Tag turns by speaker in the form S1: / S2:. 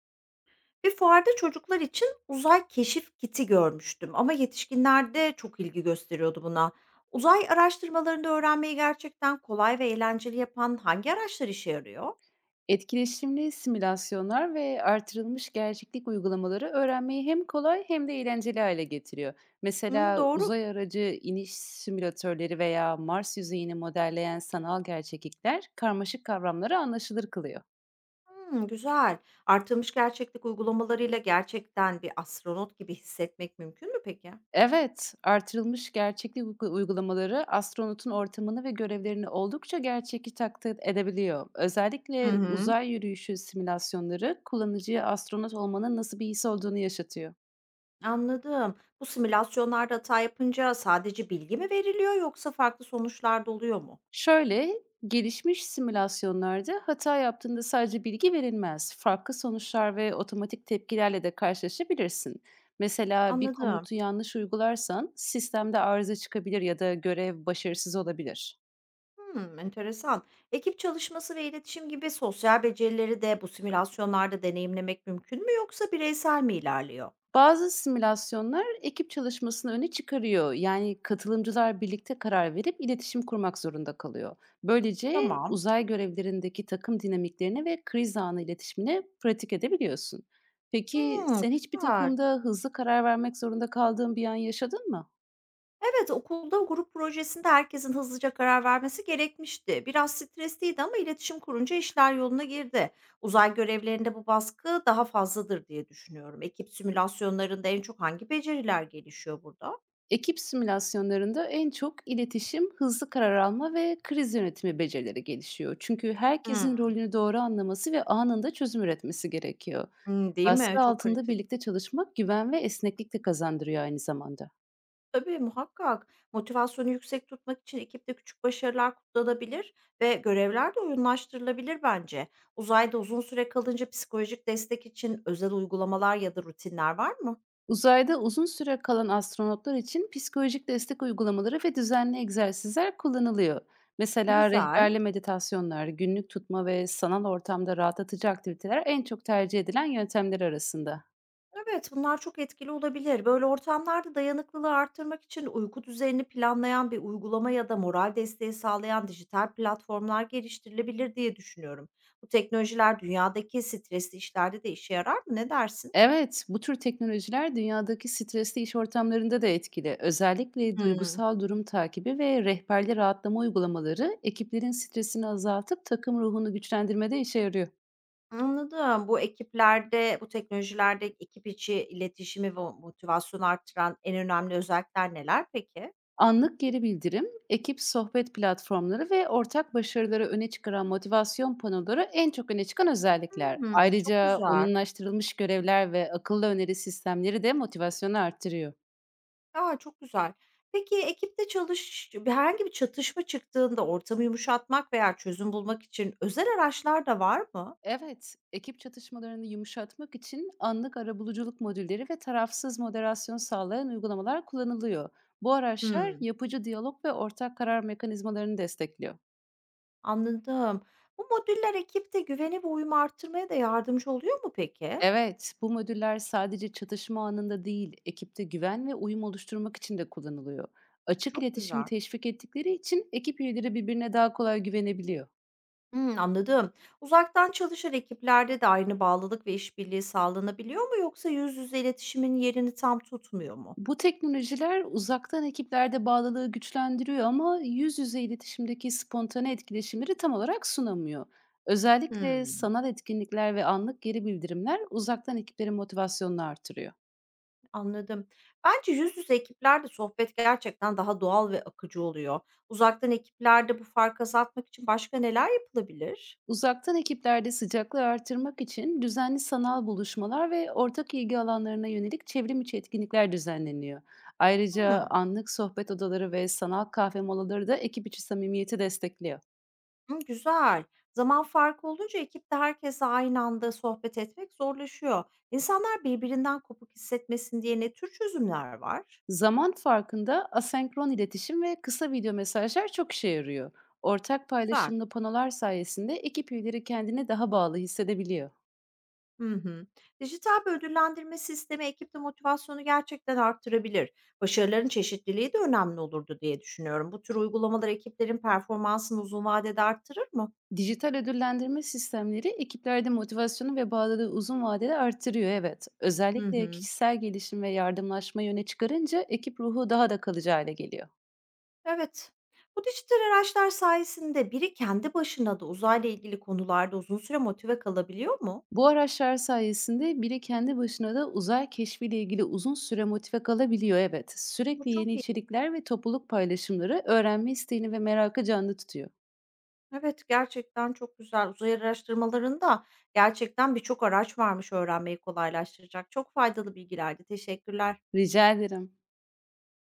S1: Bir fuarda çocuklar için uzay keşif kiti görmüştüm ama yetişkinler de çok ilgi gösteriyordu buna. Uzay araştırmalarında öğrenmeyi gerçekten kolay ve eğlenceli yapan hangi araçlar işe yarıyor?
S2: Etkileşimli simülasyonlar ve artırılmış gerçeklik uygulamaları öğrenmeyi hem kolay hem de eğlenceli hale getiriyor.
S1: Hı,
S2: Mesela
S1: doğru.
S2: uzay aracı iniş simülatörleri veya Mars yüzeyini modelleyen sanal gerçeklikler karmaşık kavramları anlaşılır kılıyor.
S1: Hı, güzel. Artırmış gerçeklik uygulamalarıyla gerçekten bir astronot gibi hissetmek mümkün mü peki?
S2: Evet, artırılmış gerçeklik uygulamaları astronotun ortamını ve görevlerini oldukça gerçekçi taklit edebiliyor.
S1: Hı
S2: Özellikle
S1: hı.
S2: uzay yürüyüşü simülasyonları kullanıcıya astronot olmanın nasıl bir his olduğunu yaşatıyor.
S1: Anladım. Bu simülasyonlarda hata yapınca sadece bilgi mi veriliyor yoksa farklı sonuçlar da oluyor mu?
S2: Şöyle, gelişmiş simülasyonlarda hata yaptığında sadece bilgi verilmez. Farklı sonuçlar ve otomatik tepkilerle de karşılaşabilirsin. Mesela bir
S1: Anladım.
S2: komutu yanlış uygularsan sistemde arıza çıkabilir ya da görev başarısız olabilir.
S1: Hmm, enteresan. Ekip çalışması ve iletişim gibi sosyal becerileri de bu simülasyonlarda deneyimlemek mümkün mü yoksa bireysel mi ilerliyor?
S2: Bazı simülasyonlar ekip çalışmasını öne çıkarıyor. Yani katılımcılar birlikte karar verip iletişim kurmak zorunda kalıyor. Böylece
S1: Tamam.
S2: uzay görevlerindeki takım dinamiklerini ve kriz anı iletişimini pratik edebiliyorsun. Peki
S1: Hmm,
S2: sen hiçbir
S1: güzel.
S2: takımda hızlı karar vermek zorunda kaldığın bir an yaşadın mı?
S1: Evet, okulda grup projesinde herkesin hızlıca karar vermesi gerekmişti. Biraz stresliydi ama iletişim kurunca işler yoluna girdi. Uzay görevlerinde bu baskı daha fazladır diye düşünüyorum. Ekip simülasyonlarında en çok hangi beceriler gelişiyor burada?
S2: Ekip simülasyonlarında en çok iletişim, hızlı karar alma ve kriz yönetimi becerileri gelişiyor. Çünkü herkesin
S1: Hmm,
S2: rolünü doğru anlaması ve anında çözüm üretmesi gerekiyor.
S1: hımm, değil mi?
S2: Baskı
S1: Çok
S2: altında
S1: kritik.
S2: birlikte çalışmak güven ve esneklik de kazandırıyor aynı zamanda.
S1: Tabii, muhakkak. Motivasyonu yüksek tutmak için ekipte küçük başarılar kutlanabilir ve görevler de oyunlaştırılabilir bence. Uzayda uzun süre kalınca psikolojik destek için özel uygulamalar ya da rutinler var mı?
S2: Uzayda uzun süre kalan astronotlar için psikolojik destek uygulamaları ve düzenli egzersizler kullanılıyor. Mesela
S1: Güzel.
S2: rehberli meditasyonlar, günlük tutma ve sanal ortamda rahatlatıcı aktiviteler en çok tercih edilen yöntemler arasında.
S1: Evet, bunlar çok etkili olabilir. Böyle ortamlarda dayanıklılığı artırmak için uyku düzenini planlayan bir uygulama ya da moral desteği sağlayan dijital platformlar geliştirilebilir diye düşünüyorum. Bu teknolojiler dünyadaki stresli işlerde de işe yarar mı? Ne dersin?
S2: Evet, bu tür teknolojiler dünyadaki stresli iş ortamlarında da etkili. Özellikle
S1: Hmm.
S2: duygusal durum takibi ve rehberli rahatlama uygulamaları ekiplerin stresini azaltıp takım ruhunu güçlendirmede işe yarıyor.
S1: Anladım. Bu ekiplerde, bu teknolojilerde ekip içi iletişimi ve motivasyonu arttıran en önemli özellikler neler peki?
S2: Anlık geri bildirim, ekip sohbet platformları ve ortak başarıları öne çıkaran motivasyon panoları en çok öne çıkan özellikler.
S1: Hımm, çok
S2: Ayrıca
S1: güzel.
S2: oyunlaştırılmış görevler ve akıllı öneri sistemleri de motivasyonu arttırıyor.
S1: Aa, çok güzel. Peki ekipte çalış herhangi bir çatışma çıktığında ortamı yumuşatmak veya çözüm bulmak için özel araçlar da var mı?
S2: Evet, ekip çatışmalarını yumuşatmak için anlık arabuluculuk modülleri ve tarafsız moderasyon sağlayan uygulamalar kullanılıyor. Bu araçlar
S1: Hımm,
S2: yapıcı diyalog ve ortak karar mekanizmalarını destekliyor.
S1: anladım. Bu modüller ekipte güveni ve uyumu arttırmaya da yardımcı oluyor mu peki?
S2: Evet, bu modüller sadece çatışma anında değil, ekipte güven ve uyum oluşturmak için de kullanılıyor. Açık
S1: Çok
S2: iletişimi
S1: güzel.
S2: teşvik ettikleri için ekip üyeleri birbirine daha kolay güvenebiliyor.
S1: Hımm, anladım. Uzaktan çalışan ekiplerde de aynı bağlılık ve işbirliği sağlanabiliyor mu yoksa yüz yüze iletişimin yerini tam tutmuyor mu?
S2: Bu teknolojiler uzaktan ekiplerde bağlılığı güçlendiriyor ama yüz yüze iletişimdeki spontane etkileşimleri tam olarak sunamıyor. Özellikle
S1: Hımm,
S2: sanal etkinlikler ve anlık geri bildirimler uzaktan ekiplerin motivasyonunu artırıyor.
S1: anladım. Bence yüz yüze ekiplerde sohbet gerçekten daha doğal ve akıcı oluyor. Uzaktan ekiplerde bu farkı azaltmak için başka neler yapılabilir?
S2: Uzaktan ekiplerde sıcaklığı artırmak için düzenli sanal buluşmalar ve ortak ilgi alanlarına yönelik çevrim içi etkinlikler düzenleniyor. Ayrıca
S1: Hımm,
S2: anlık sohbet odaları ve sanal kahve molaları da ekip içi samimiyeti destekliyor.
S1: hı, güzel. Zaman farkı olunca ekipte herkesle aynı anda sohbet etmek zorlaşıyor. İnsanlar birbirinden kopuk hissetmesin diye ne tür çözümler var?
S2: Zaman farkında asenkron iletişim ve kısa video mesajlar çok işe yarıyor. Ortak
S1: Güzel.
S2: paylaşımlı panolar sayesinde ekip üyeleri kendini daha bağlı hissedebiliyor.
S1: Hı hı. Dijital bir ödüllendirme sistemi ekipte motivasyonu gerçekten arttırabilir. Başarıların çeşitliliği de önemli olurdu diye düşünüyorum. Bu tür uygulamalar ekiplerin performansını uzun vadede arttırır mı?
S2: Dijital ödüllendirme sistemleri ekiplerde motivasyonu ve bağlılığı uzun vadede artırıyor evet.
S1: Hı
S2: Özellikle
S1: hı.
S2: kişisel gelişim ve yardımlaşmayı öne çıkarınca ekip ruhu daha da kalıcı hale geliyor.
S1: Evet. Bu dijital araçlar sayesinde biri kendi başına da uzayla ilgili konularda uzun süre motive kalabiliyor mu?
S2: Bu araçlar sayesinde biri kendi başına da uzay keşfiyle ilgili uzun süre motive kalabiliyor evet.
S1: Bu
S2: Sürekli
S1: çok
S2: yeni
S1: iyi.
S2: içerikler ve topluluk paylaşımları öğrenme isteğini ve merakı canlı tutuyor.
S1: Evet, gerçekten çok güzel. Uzay araştırmalarında gerçekten birçok araç varmış öğrenmeyi kolaylaştıracak. Çok faydalı bilgilerdi. Teşekkürler.
S2: Rica ederim.